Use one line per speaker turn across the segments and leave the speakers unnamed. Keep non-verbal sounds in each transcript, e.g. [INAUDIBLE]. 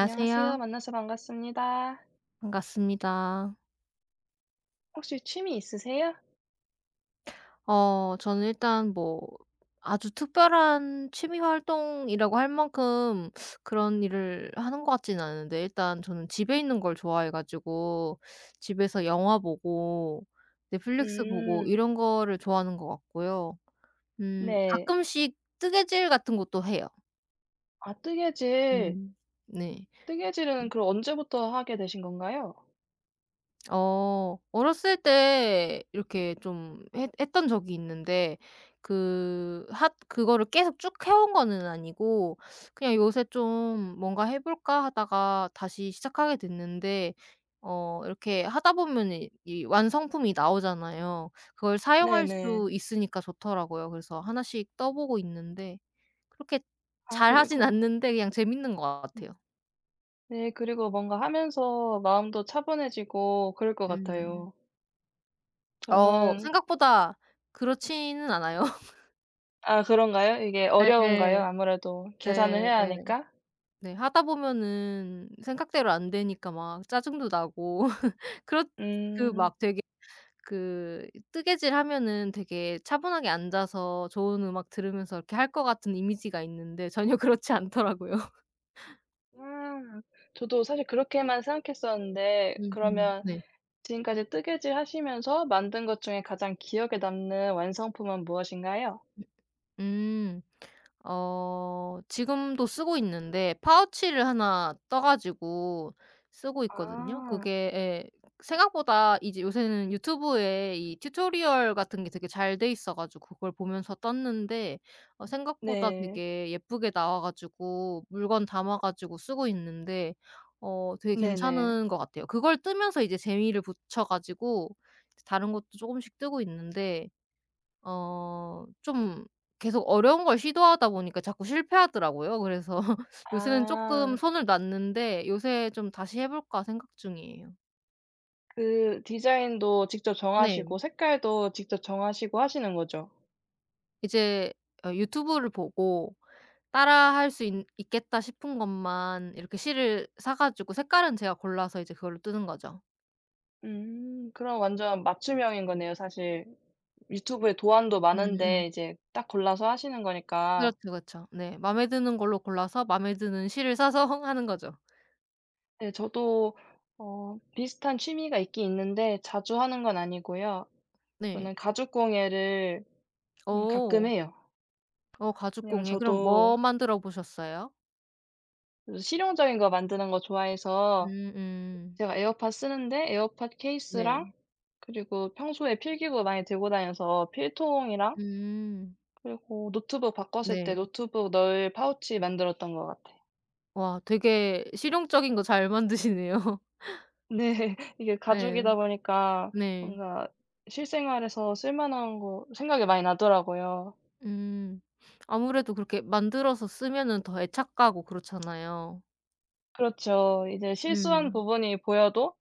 안녕하세요. 만나서 반갑습니다.
반갑습니다.
혹시 취미 있으세요?
저는 일단 뭐 아주 특별한 취미 활동이라고 할 만큼 그런 일을 하는 것 같지는 않은데, 일단 저는 집에 있는 걸 좋아해 가지고 집에서 영화 보고 넷플릭스 보고
음.
이런 거를 좋아하는 것 같고요.
네.
가끔씩 뜨개질 같은 것도 해요.
아, 뜨개질.
음. 네.
뜨개질은 그럼 언제부터 하게 되신 건가요?
어렸을 때 이렇게 좀 했 했던 적이 있는데, 그 핫 그거를 계속 쭉 해온 거는 아니고, 그냥 요새 좀 '뭔가 해 볼까.' 하다가 다시 시작하게 됐는데, 이렇게 하다 보면 이 완성품이 나오잖아요. 그걸 사용할
네네.
수 있으니까 좋더라고요. 그래서 하나씩 떠 보고 있는데 그렇게
아,
잘하진
그리고.
않는데 그냥 재밌는 것 같아요.
음 네, 그리고 뭔가 하면서 마음도 차분해지고 그럴 것
음.
같아요. 저는.
생각보다 그렇지는 않아요.
아, 그런가요? 이게 어려운가요?
예예.
아무래도 계산을
네,
해야
예.
하니까?
네. 하다 보면은 생각대로 안 되니까 막 짜증도 나고 [LAUGHS] 그렇 그
음.
막 되게 그 뜨개질하면은 되게 차분하게 앉아서 좋은 음악 들으면서 이렇게 할 것 같은 이미지가 있는데 전혀 [LAUGHS] 그렇지 않더라고요.
음. 저도 사실 그렇게만 생각했었는데,
음음.
그러면
네.
지금까지 뜨개질 하시면서 만든 것 중에 가장 기억에 남는 완성품은 무엇인가요?
음. 지금도 쓰고 있는데 파우치를 하나 떠 가지고 쓰고 있거든요. 그게
아.
예 생각보다 이제 요새는 유튜브에 이 튜토리얼 같은 게 되게 잘 돼 있어 가지고 그걸 보면서 떴는데, 생각보다
네.
되게 예쁘게 나와 가지고 물건 담아 가지고 쓰고 있는데 되게
네네.
괜찮은 것 같아요. 그걸 뜨면서 이제 재미를 붙여 가지고 다른 것도 조금씩 뜨고 있는데, 어 좀 계속 어려운 걸 시도하다 보니까 자꾸 실패하더라고요. 그래서 [LAUGHS] 요새는 조금
아.
손을 놨는데 요새 좀 '다시 해 볼까.' 생각 중이에요.
그 디자인도 직접
네.
정하시고 색깔도 직접 정하시고 하시는 거죠?
이제 유튜브를 보고 따라할 수 있겠다 싶은 것만 이렇게 실을 사 가지고 색깔은 제가 골라서 이제 그걸로 뜨는 거죠.
음. 그럼 완전 맞춤형인 거네요, 사실. 유튜브에 도안도
음음.
많은데 이제 딱 골라서 하시는 거니까.
그렇죠, 그렇죠. 네. 마음에 드는 걸로 골라서 마음에 드는 실을 사서 [LAUGHS] 하는 거죠.
네, 저도 비슷한 취미가 있긴 있는데 자주 하는 건 아니고요.
네.
저는 가죽공예를 가끔
오,
해요.
어
왜냐면
가죽공예. 그럼
저도
뭐 만들어 보셨어요?
그 실용적인 거 만드는 거 좋아해서
음음.
제가 에어팟 쓰는데 에어팟
네.
케이스랑, 그리고 평소에 필기구 많이 들고 다녀서 필통이랑,
음.
그리고 노트북 바꿨을 때
네.
노트북 넣을 파우치 만들었던 것 같아요.
와 되게 실용적인 거 잘 만드시네요. [LAUGHS]
네. [LAUGHS] 이게
네,
가죽이다 보니까
네.
뭔가 실생활에서 쓸 만한 거 생각이 많이 나더라고요.
음. 아무래도 그렇게 만들어서 쓰면은 더 애착 가고 그렇잖아요.
그렇죠. 이제 실수한
음.
부분이 보여도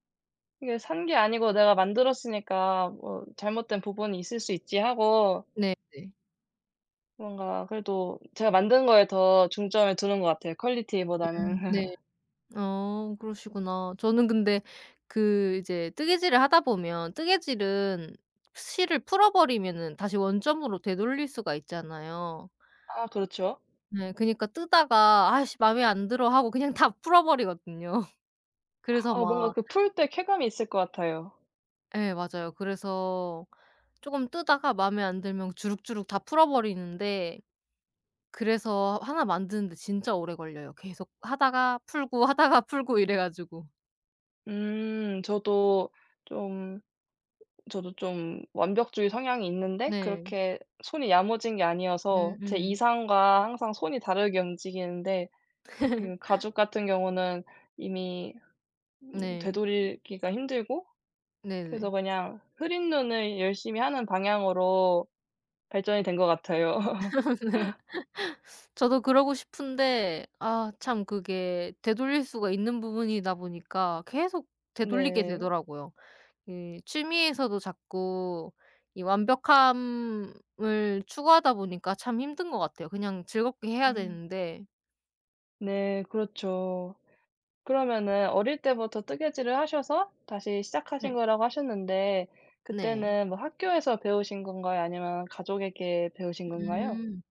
이게 '산 게 아니고 내가 만들었으니까 뭐 잘못된 부분이 있을 수 있지.' 하고
네네.
뭔가 그래도 제가 만든 거에 더 중점을 두는 것 같아요,
음.
퀄리티보다는. [LAUGHS]
네. 어 그러시구나. 저는 근데 그 이제 뜨개질을 하다 보면, 뜨개질은 실을 풀어 버리면은 다시 원점으로 되돌릴 수가 있잖아요.
아, 그렇죠.
네. 그니까 뜨다가 '아씨 마에 안 들어.' 하고 그냥 [LAUGHS] 다 풀어 버리거든요. [LAUGHS] 그래서
아, 뭔가
막
그 풀 때 쾌감이 있을 것 같아요.
예 맞아요. 그래서 조금 뜨다가 마음에 안 들면 주룩주룩 다 풀어버리는데, 그래서 하나 만드는데 진짜 오래 걸려요. 계속 하다가 풀고 하다가 풀고 이래 가지고.
음 저도 좀 저도 좀 완벽주의 성향이 있는데,
네.
그렇게 손이 야무진 게 아니어서 제
음음.
이상과 항상 손이 다르게 움직이는데 이 가죽 같은 경우는 이미
네.
되돌리기가 힘들고, 그래서
네네.
그냥 흐린 눈을 열심히 하는 방향으로 발전이 된 것 같아요. [LAUGHS]
[LAUGHS] 저도 그러고 싶은데 아 참 그게 되돌릴 수가 있는 부분이다 보니까 계속 되돌리게
네.
되더라고요. 이 취미에서도 자꾸 이 완벽함을 추구하다 보니까 참 힘든 것 같아요. 그냥 즐겁게 해야
음.
되는데.
네, 그렇죠. 그러면은 어릴 때부터 뜨개질을 하셔서 다시 시작하신
네.
거라고 하셨는데,
네.
그때는 뭐 학교에서 배우신 건가요? 아니면 가족에게 배우신 건가요?
음.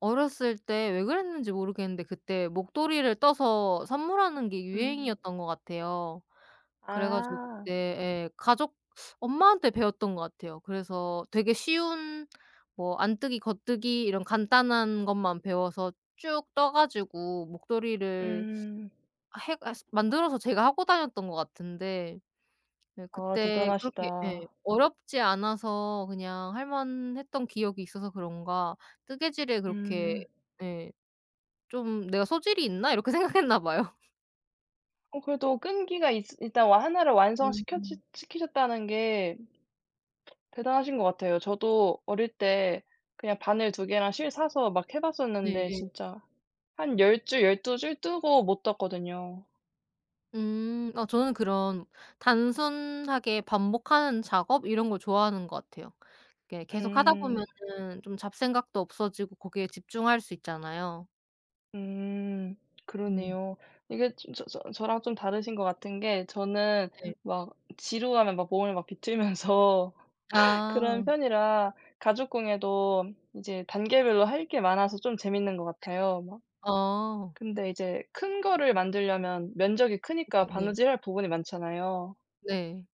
어렸을 때 왜 그랬는지 모르겠는데 그때 목도리를 떠서 선물하는 게
음.
유행이었던 것 같아요. 그래 가지고
아.
그때 예 가족 엄마한테 배웠던 것 같아요. 그래서 되게 쉬운 뭐 안뜨기, 겉뜨기 이런 간단한 것만 배워서 쭉 떠 가지고 목도리를
음.
아, 해아 만들어서 제가 하고 다녔던 것 같은데 네
아,
그때 그렇게 예
대단하시다.
어렵지 않아서 그냥 할 만했던 기억이 있어서 그런가 뜨개질에 그렇게
음.
예 좀 '내가 소질이 있나?' 이렇게 [LAUGHS] 생각했나 봐요.
어, 그래도 끈기가 있 일단, 와, 하나를 완성시
음.
시키셨다는 게 대단하신 것 같아요. 저도 어릴 때 그냥 바늘 두 개랑 실 사서 막 해 봤었는데
네예.
진짜 한 10줄, 12줄 뜨고 못 떴거든요.
음. 아 저는 그런 단순하게 반복하는 작업 이런 걸 좋아하는 것 같아요. 이렇게 계속 하다
음.
보면은 좀 잡생각도 없어지고 거기에 집중할 수 있잖아요.
음.
음
그러네요. 이게 좀 저랑 좀 다르신 것 같은 게, 저는
네.
막 지루하면 막 몸을 막 비틀면서 [LAUGHS] 그런
아.
편이라 가죽 공예도 이제 단계별로 할 게 많아서 좀 재밌는 것 같아요. 막,
어.
근데 이제 큰 거를 만들려면 면적이 크니까
네네.
바느질할 부분이 많잖아요.
네. 네.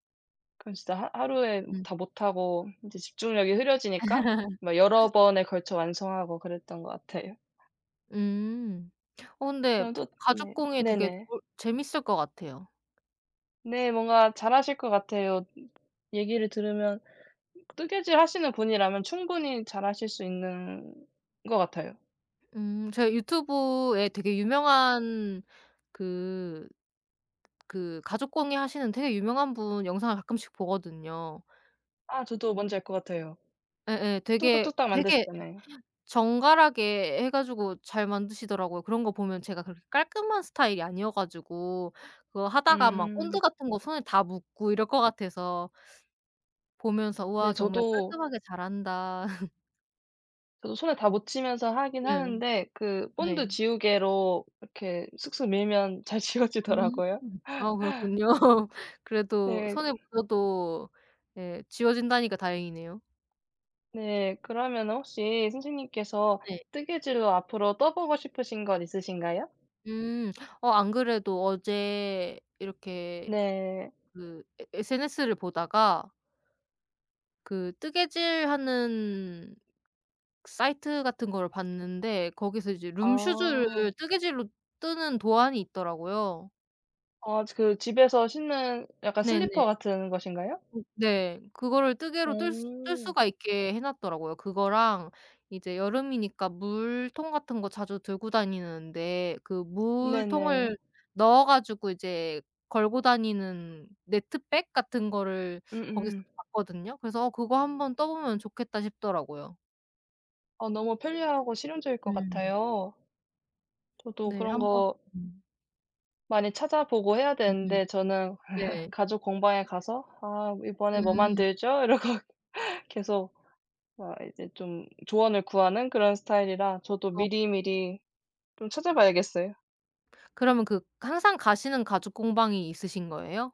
그럼 진짜 하 하루에
음.
다 못하고 이제 집중력이 흐려지니까
[LAUGHS]
막 여러 번에 걸쳐 완성하고 그랬던 것 같아요.
음. 어 근데
그럼 또,
가죽
네.
공예 되게
네네.
좋을 재밌을 것 같아요.
네. 뭔가 잘하실 것 같아요. 얘기를 들으면 뜨개질 하시는 분이라면 충분히 잘하실 수 있는 것 같아요.
제가 유튜브에 되게 유명한 그 그 가죽 공예 하시는 되게 유명한 분 영상을 가끔씩 보거든요.
아, 저도 뭔지 알 것 같아요.
예예. 되게,
뚝딱뚝딱
되게
만드시잖아요.
정갈하게 해 가지고 잘 만드시더라고요. 그런 거 보면 제가 그렇게 깔끔한 스타일이 아니어 가지고 그거 하다가 막 본드
음.
같은 거 손에 다 묻고 이럴 것 같아서 보면서 '우와
네.
정말
저도,
깔끔하게 잘한다.' [LAUGHS]
저도 손에 다 묻히면서 하긴
예.
하는데 그
네.
본드 지우개로 이렇게 슥슥 밀면 [LAUGHS] 잘
음.
지워지더라고요.
아 그렇군요. [LAUGHS] 그래도
네.
손에 묻어도 예 지워진다니까 다행이네요.
네. 그러면 혹시 선생님께서
네.
뜨개질로 앞으로 떠 보고 싶으신 것 있으신가요?
음. 어 안 그래도 어제 이렇게
네.
그 에 SNS를 보다가 그 뜨개질하는 사이트 같은 거를 봤는데 거기서 이제
아.
룸슈즈를 뜨개질로 뜨는 도안이 있더라고요.
아, 그 집에서 신는 약간 슬리퍼
네네.
같은 것인가요?
네. 그거를 뜨개로 뜰 수 뜰
오.
수가 있게 해 놨더라고요. 그거랑 이제 여름이니까 물통 같은 거 자주 들고 다니는데 그
네네.
물통을 넣어 가지고 이제 걸고 다니는 네트백 같은 거를 거기서
음음.
봤거든요. 그래서 '어 그거 한번 떠 보면 좋겠다.' 싶더라고요.
어, 너무 편리하고 실용적일 것
음.
같아요. 저도
네.
그런
한번
거
음.
많이 찾아보고 해야
음음.
되는데, 저는 [LAUGHS]
네.
가죽 공방에 가서 "아, 이번에 뭐
음.
만들죠?" [LAUGHS] 이러고 계속 막 이제 좀 조언을 구하는 그런 스타일이라 저도
어
미리미리 좀 찾아봐야겠어요.
그러면 그 항상 가시는 가죽 공방이 있으신 거예요?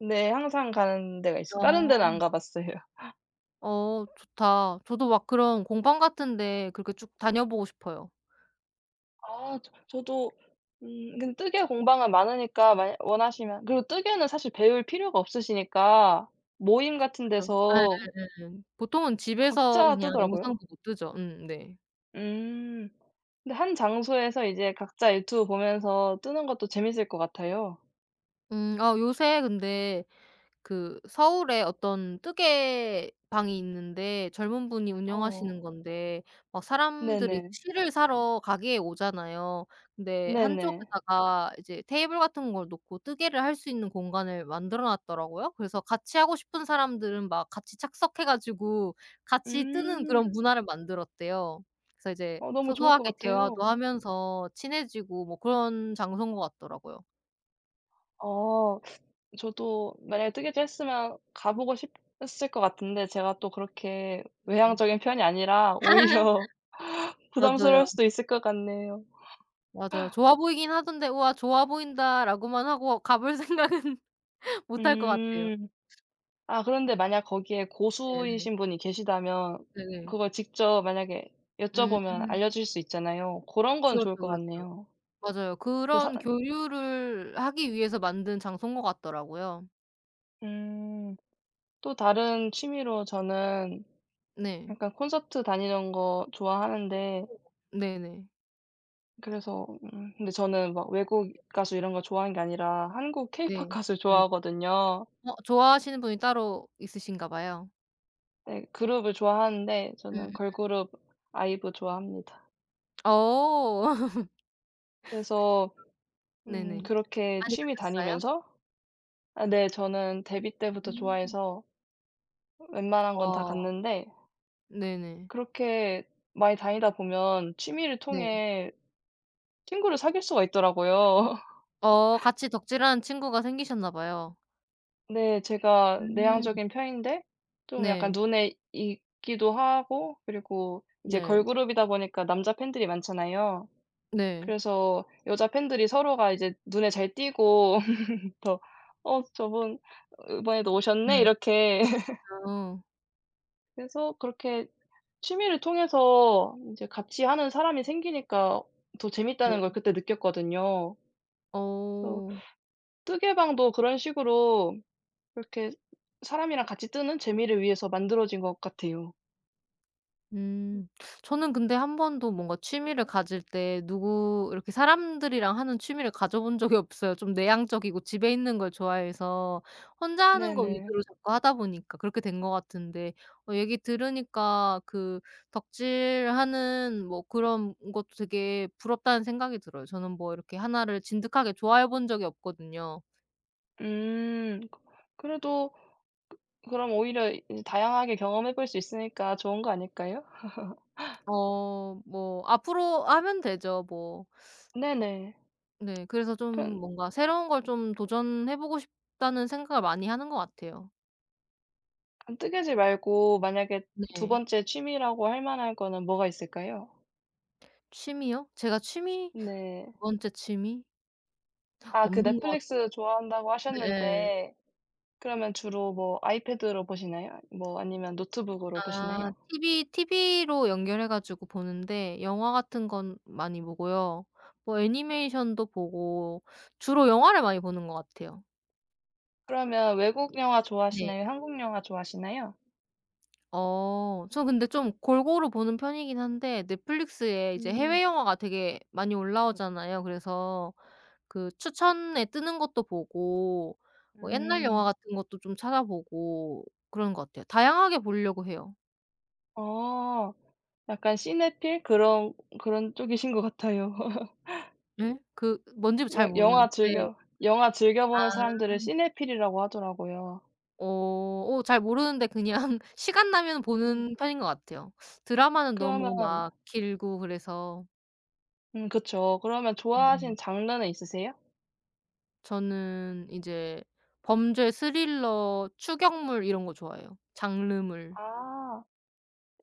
네, 항상 가는 데가 있어요. 다른 데는 안
어.
가 봤어요.
어 좋다. 저도 막 그런 공방 같은 데 그렇게 쭉 다녀보고 싶어요.
아, 저도. 근데 뜨개 공방은 많으니까 만약 원하시면, 그리고 뜨개는 사실 배울 필요가 없으시니까 모임 같은
그죠.
데서
예예예. 보통은 집에서
각자
그냥
뜨더라고요.
영상 보고 뜨죠. 네.
음. 근데 한 장소에서 이제 각자 유튜브 보면서 뜨는 것도 재밌을 것 같아요.
아 요새 근데 그 서울에 어떤 뜨개 방이 있는데 젊은 분이
어.
운영하시는 건데 막 사람들이 그
네네.
실을 사러 가게에 오잖아요. 근데
네네.
한쪽에다가 이제 테이블 같은 걸 놓고 뜨개를 할 수 있는 공간을 만들어 놨더라고요. 그래서 같이 하고 싶은 사람들은 막 같이 착석해 가지고 같이 뜨는 그런
음.
문화를 만들었대요. 그래서 이제
어, 너무 좋을 것
소소하게
같아요.
대화도 하면서 친해지고 뭐 그런 장소인 것 같더라고요.
어. 저도 만약에 뜨개질 했으면 가 보고 싶었을 것 같은데, 제가 또 그렇게
네.
외향적인 편이 아니라 오히려
[LAUGHS]
[LAUGHS] 부담스러울
저도요.
수도 있을 것 같네요.
맞아요. 좋아 보이긴 하던데 '우와 좋아 보인다.'라고만 하고 가볼 [LAUGHS] 생각은 못할 것 같아요.
음. 아, 그런데 만약 거기에
네네.
고수이신 분이 계시다면
네네.
그걸 직접, 만약에
음
여쭤보면 알려주실 수 있잖아요. 그런 건
그렇죠,
좋을 것
그렇죠.
같네요.
맞아요.
그 사
그런 교류를 하기 위해서 만든 장소인 것 같더라고요.
음. 또 다른 취미로 저는
네.
약간 콘서트 다니는 거 좋아하는데,
네네.
그래서. 근데 저는 막 외국 가수 이런 거 좋아하는 게 아니라 한국 케이팝
네.
가수
네.
좋아하거든요.
어 좋아하시는 분이 따로 있으신가 봐요.
네, 그룹을 좋아하는데, 저는
음음.
걸그룹 아이브 좋아합니다.
어. [LAUGHS]
그래서
네네.
그렇게
많이
취미
가셨어요?
다니면서. 아, 네, 저는 데뷔 때부터
음.
좋아해서 웬만한 건 다
어.
갔는데,
네네.
그렇게 많이 다니다 보면 취미를
네.
통해 친구를 사귈 수가 있더라고요.
어 같이 덕질하는 친구가 생기셨나 봐요.
네. 제가
음.
내향적인 편인데, 좀 약간
네.
눈에 익기도 하고, 그리고 이제
네.
걸그룹이다 보니까 남자 팬들이 많잖아요.
네.
그래서 여자 팬들이 서로가 이제 눈에 잘 띄고 [LAUGHS] 더 "어, 저분 이번에도 오셨네."
네.
이렇게 [LAUGHS]
아.
해서, 그렇게 취미를 통해서 이제 같이 하는 사람이 생기니까 더
네.
재밌다는 걸 그때 느꼈거든요. 그래서
어.
뜨개방도 그런 식으로 이렇게 사람이랑 같이 뜨는 재미를 위해서 만들어진 것 같아요.
음. 저는 근데 한 번도 뭔가 취미를 가질 때 누구 이렇게 사람들이랑 하는 취미를 가져 본 적이 없어요. 좀 내향적이고 집에 있는 걸 좋아해서 혼자 하는 거
네네.
위주로 자꾸 하다 보니까 그렇게 된 것 같은데, 어 얘기 들으니까 그 덕질하는 뭐 그런 것도 되게 부럽다는 생각이 들어요. 저는 뭐 이렇게 하나를 진득하게 좋아해 본 적이 없거든요.
음. 그, 그래도 그럼 오히려 이 다양하게 경험해 볼 수 있으니까 좋은 거 아닐까요?
어 뭐 앞으로 하면 되죠 뭐.
네네.
네. 그래서 좀
그럼,
뭔가 '새로운 걸 좀 도전해 보고 싶다.'는 생각을 많이 하는 것 같아요.
그럼 뜨개질 말고 만약에 두
네.
번째 취미라고 할 만한 거는 뭐가 있을까요?
취미요? 제가 취미
네.
두 번째 취미?
아, 그
없는 것
넷플릭스 좋아한다고
같아요. 예.
하셨는데, 그러면 주로 뭐 아이패드로 보시나요? 뭐 아니면 노트북으로
아
보시나요?
TV TV로 연결해 가지고 보는데 영화 같은 건 많이 보고요. 뭐 애니메이션도 보고 주로 영화를 많이 보는 것 같아요.
그러면 외국 영화
네.
좋아하시나요? 한국 영화 좋아하시나요?
어 저 근데 좀 골고루 보는 편이긴 한데 넷플릭스에 이제
음.
해외 영화가 되게 많이 올라오잖아요. 그래서 그 추천에 뜨는 것도 보고 뭐 옛날 영화
음.
같은 것도 좀 찾아보고 그러는 것 같아요. 다양하게 보려고 해요.
어. 약간 시네필 그런, 그런 쪽이신 것 같아요. [LAUGHS]
예? 그 뭔지 잘
여 영화
모르는데
즐겨 영화 즐겨 보는
아
사람들을 시네필이라고 하더라고요.
잘 모르는데 그냥 [LAUGHS] 시간 나면
음.
보는 편인 것 같아요. 드라마는 너무
그러면.
막 길고 그래서.
그쵸. 그러면
음음.
좋아하시는 장르는 있으세요?
저는 이제 범죄 스릴러, 추격물 이런 거 좋아해요, 장르물.
아.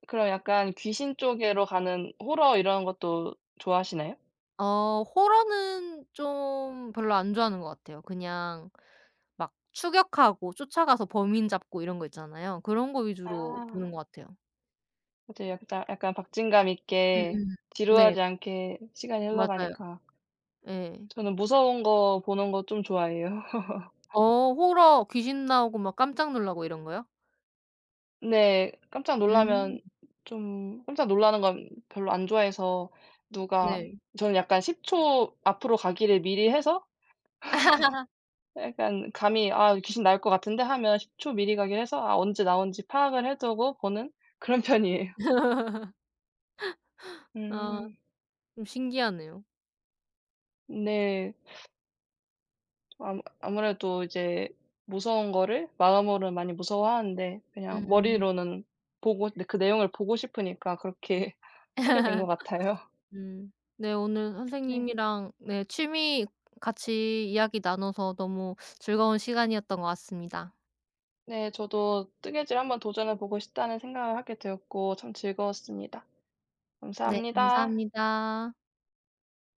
그럼 약간 귀신 쪽으로 가는 호러 이런 것도 좋아하시나요?
어 호러는 좀 별로 안 좋아하는 것 같아요. 그냥 막 추격하고 쫓아가서 범인 잡고 이런 거 있잖아요. 그런 거 위주로
아.
보는 것 같아요.
그죠. 약간, 약간 박진감 있게
음음. 네
지루하지 않게 시간이
맞아요.
흘러가니까.
예.
저는 무서운 거 보는 거 좀 좋아해요.
어 호러 귀신 나오고 막 깜짝 놀라고 이런 거요?
네. 깜짝
음.
놀라면 좀, 깜짝 놀라는 건 별로 안 좋아해서. 누가.
네.
저는 약간 10초 앞으로 가기를 미리 해서, 약간 감이 '아, 귀신 나올 것 같은데.' 하면 10초 미리 가기를 해서 아, 언제 나오는지 파악을 해 두고 보는 그런 [LAUGHS] 편이에요.
아
음.
좀 신기하네요.
네. 아무래도 이제 무서운 거를 마음으로는 많이 무서워하는데 그냥
음.
머리로는 보고, 근데 그 내용을 보고 싶으니까 그렇게 [LAUGHS] 하게 된 것
[LAUGHS]
같아요.
네 오늘
네.
선생님이랑 네 취미 같이 이야기 나눠서 너무 즐거운 시간이었던 것 같습니다.
네, 저도 뜨개질 한번 도전해 보고 싶다는 생각을 하게 되었고 참 즐거웠습니다.
네
감사합니다.
감사합니다.